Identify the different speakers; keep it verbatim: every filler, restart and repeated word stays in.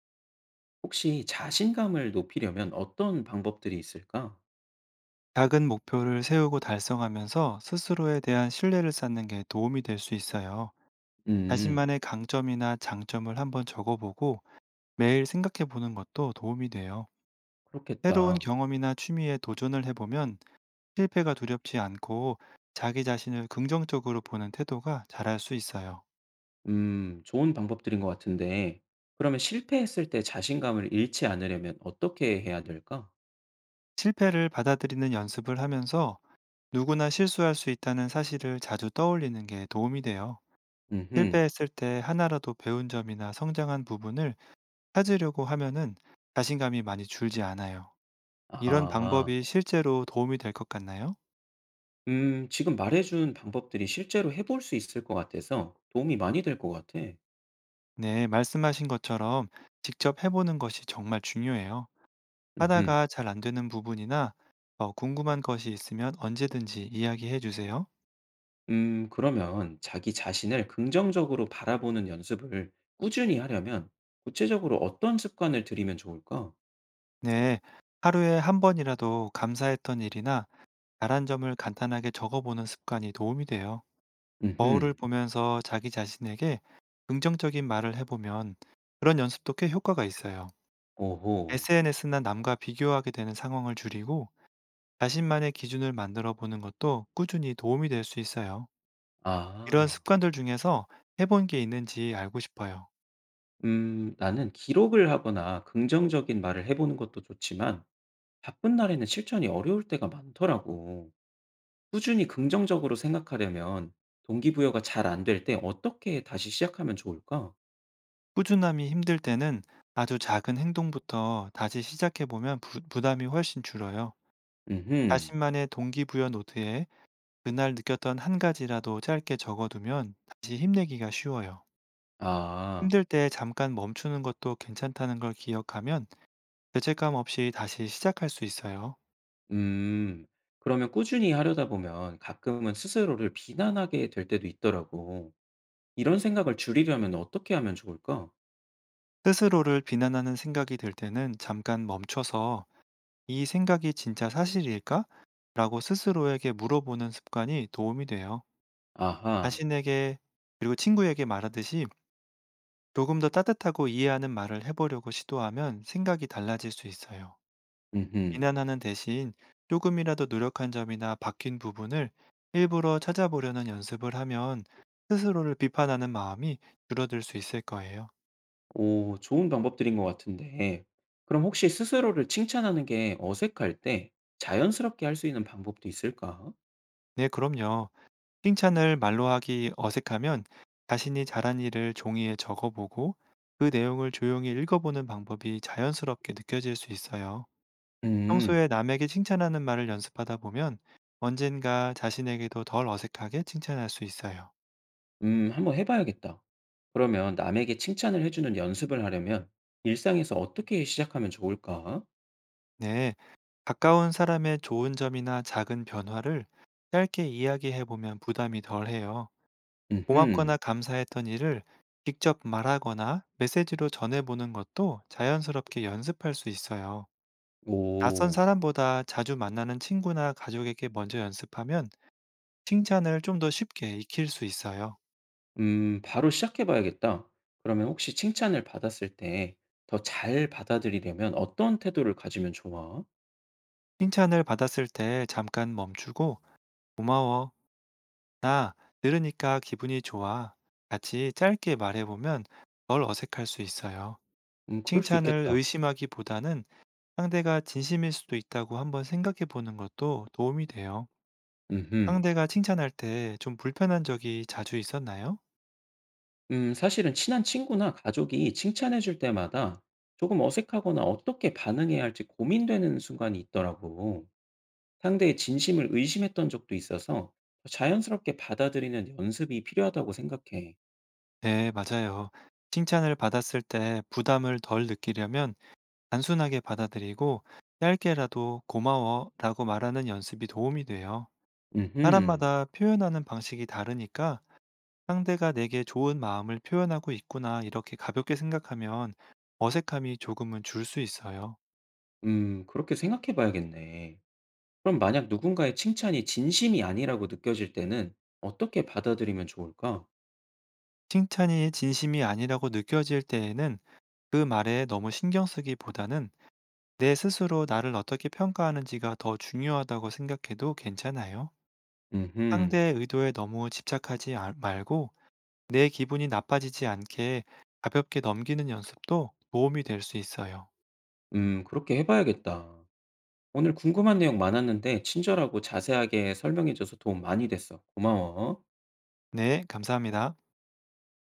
Speaker 1: 혹시 자신감을 높이려면 어떤 방법들이 있을까?
Speaker 2: 작은 목표를 세우고 달성하면서 스스로에 대한 신뢰를 쌓는 게 도움이 될 수 있어요.
Speaker 1: 음.
Speaker 2: 자신만의 강점이나 장점을 한번 적어보고 매일 생각해 보는 것도 도움이 돼요. 새로운
Speaker 1: 그렇겠다.
Speaker 2: 경험이나 취미에 도전을 해보면 실패가 두렵지 않고 자기 자신을 긍정적으로 보는 태도가 자랄 수 있어요.
Speaker 1: 음. 좋은 방법들인 것 같은데 그러면 실패했을 때 자신감을 잃지 않으려면 어떻게 해야 될까?
Speaker 2: 실패를 받아들이는 연습을 하면서 누구나 실수할 수 있다는 사실을 자주 떠올리는 게 도움이 돼요.
Speaker 1: 음흠.
Speaker 2: 실패했을 때 하나라도 배운 점이나 성장한 부분을 찾으려고 하면은 자신감이 많이 줄지 않아요. 이런
Speaker 1: 아.
Speaker 2: 방법이 실제로 도움이 될 것 같나요?
Speaker 1: 음 지금 말해 준 방법들이 실제로 해볼 수 있을 것 같아서 도움이 많이 될 것 같아.
Speaker 2: 네, 말씀하신 것처럼 직접 해보는 것이 정말 중요해요.
Speaker 1: 음흠.
Speaker 2: 하다가 잘 안 되는 부분이나 어, 궁금한 것이 있으면 언제든지 이야기해 주세요.
Speaker 1: 음 그러면 자기 자신을 긍정적으로 바라보는 연습을 꾸준히 하려면 구체적으로 어떤 습관을 들이면 좋을까?
Speaker 2: 네, 하루에 한 번이라도 감사했던 일이나 잘한 점을 간단하게 적어보는 습관이 도움이 돼요.
Speaker 1: 음흠.
Speaker 2: 거울을 보면서 자기 자신에게 긍정적인 말을 해보면 그런 연습도 꽤 효과가 있어요.
Speaker 1: 오호.
Speaker 2: 에스엔에스나 남과 비교하게 되는 상황을 줄이고 자신만의 기준을 만들어 보는 것도 꾸준히 도움이 될 수 있어요. 이런
Speaker 1: 아.
Speaker 2: 습관들 중에서 해본 게 있는지 알고 싶어요.
Speaker 1: 음 나는 기록을 하거나 긍정적인 말을 해 보는 것도 좋지만 바쁜 날에는 실천이 어려울 때가 많더라고. 꾸준히 긍정적으로 생각하려면 동기부여가 잘 안 될 때 어떻게 다시 시작하면 좋을까?
Speaker 2: 꾸준함이 힘들 때는 아주 작은 행동부터 다시 시작해 보면 부담이 훨씬 줄어요.
Speaker 1: 음흠.
Speaker 2: 자신만의 동기부여 노트에 그날 느꼈던 한 가지라도 짧게 적어두면 다시 힘내기가 쉬워요.
Speaker 1: 아.
Speaker 2: 힘들 때 잠깐 멈추는 것도 괜찮다는 걸 기억하면 죄책감 없이 다시 시작할 수 있어요.
Speaker 1: 음. 그러면 꾸준히 하려다 보면 가끔은 스스로를 비난하게 될 때도 있더라고. 이런 생각을 줄이려면 어떻게 하면 좋을까?
Speaker 2: 스스로를 비난하는 생각이 들 때는 잠깐 멈춰서 '이 생각이 진짜 사실일까?' 라고 스스로에게 물어보는 습관이 도움이 돼요.
Speaker 1: 아하.
Speaker 2: 자신에게 그리고 친구에게 말하듯이 조금 더 따뜻하고 이해하는 말을 해 보려고 시도하면 생각이 달라질 수 있어요.
Speaker 1: 음흠.
Speaker 2: 비난하는 대신 조금이라도 노력한 점이나 바뀐 부분을 일부러 찾아보려는 연습을 하면 스스로를 비판하는 마음이 줄어들 수 있을 거예요.
Speaker 1: 오, 좋은 방법들인 것 같은데. 그럼 혹시 스스로를 칭찬하는 게 어색할 때 자연스럽게 할 수 있는 방법도 있을까?
Speaker 2: 네, 그럼요. 칭찬을 말로 하기 어색하면 자신이 잘한 일을 종이에 적어보고 그 내용을 조용히 읽어보는 방법이 자연스럽게 느껴질 수 있어요.
Speaker 1: 음,
Speaker 2: 평소에 남에게 칭찬하는 말을 연습하다 보면 언젠가 자신에게도 덜 어색하게 칭찬할 수 있어요.
Speaker 1: 음, 한번 해봐야겠다. 그러면 남에게 칭찬을 해주는 연습을 하려면 일상에서 어떻게 시작하면 좋을까?
Speaker 2: 네, 가까운 사람의 좋은 점이나 작은 변화를 짧게 이야기해보면 부담이 덜해요. 고맙거나
Speaker 1: 음흠,
Speaker 2: 감사했던 일을 직접 말하거나 메시지로 전해보는 것도 자연스럽게 연습할 수 있어요. 낯선
Speaker 1: 오,
Speaker 2: 사람보다 자주 만나는 친구나 가족에게 먼저 연습하면 칭찬을 좀 더 쉽게 익힐 수 있어요.
Speaker 1: 음, 바로 시작해봐야겠다. 그러면 혹시 칭찬을 받았을 때 더 잘 받아들이려면 어떤 태도를 가지면 좋아?
Speaker 2: 칭찬을 받았을 때 잠깐 멈추고 고마워. 나 들으니까 기분이 좋아. 같이 짧게 말해보면 덜 어색할 수 있어요.
Speaker 1: 음, 그럴 수
Speaker 2: 칭찬을
Speaker 1: 있겠다.
Speaker 2: 의심하기보다는 상대가 진심일 수도 있다고 한번 생각해 보는 것도 도움이 돼요.
Speaker 1: 음
Speaker 2: 상대가 칭찬할 때 좀 불편한 적이 자주 있었나요?
Speaker 1: 음, 사실은 친한 친구나 가족이 칭찬해 줄 때마다 조금 어색하거나 어떻게 반응해야 할지 고민되는 순간이 있더라고. 상대의 진심을 의심했던 적도 있어서 더 자연스럽게 받아들이는 연습이 필요하다고 생각해.
Speaker 2: 네, 맞아요. 칭찬을 받았을 때 부담을 덜 느끼려면 단순하게 받아들이고 짧게라도 고마워라고 말하는 연습이 도움이 돼요.
Speaker 1: 음흠.
Speaker 2: 사람마다 표현하는 방식이 다르니까 상대가 내게 좋은 마음을 표현하고 있구나 이렇게 가볍게 생각하면 어색함이 조금은 줄 수 있어요.
Speaker 1: 음, 그렇게 생각해 봐야겠네. 그럼 만약 누군가의 칭찬이 진심이 아니라고 느껴질 때는 어떻게 받아들이면 좋을까?
Speaker 2: 칭찬이 진심이 아니라고 느껴질 때에는 그 말에 너무 신경 쓰기보다는 내 스스로 나를 어떻게 평가하는지가 더 중요하다고 생각해도 괜찮아요.
Speaker 1: 음흠.
Speaker 2: 상대의 의도에 너무 집착하지 아- 말고 내 기분이 나빠지지 않게 가볍게 넘기는 연습도 도움이 될 수 있어요.
Speaker 1: 음, 그렇게 해봐야겠다. 오늘 궁금한 내용 많았는데 친절하고 자세하게 설명해줘서 도움 많이 됐어. 고마워.
Speaker 2: 네, 감사합니다.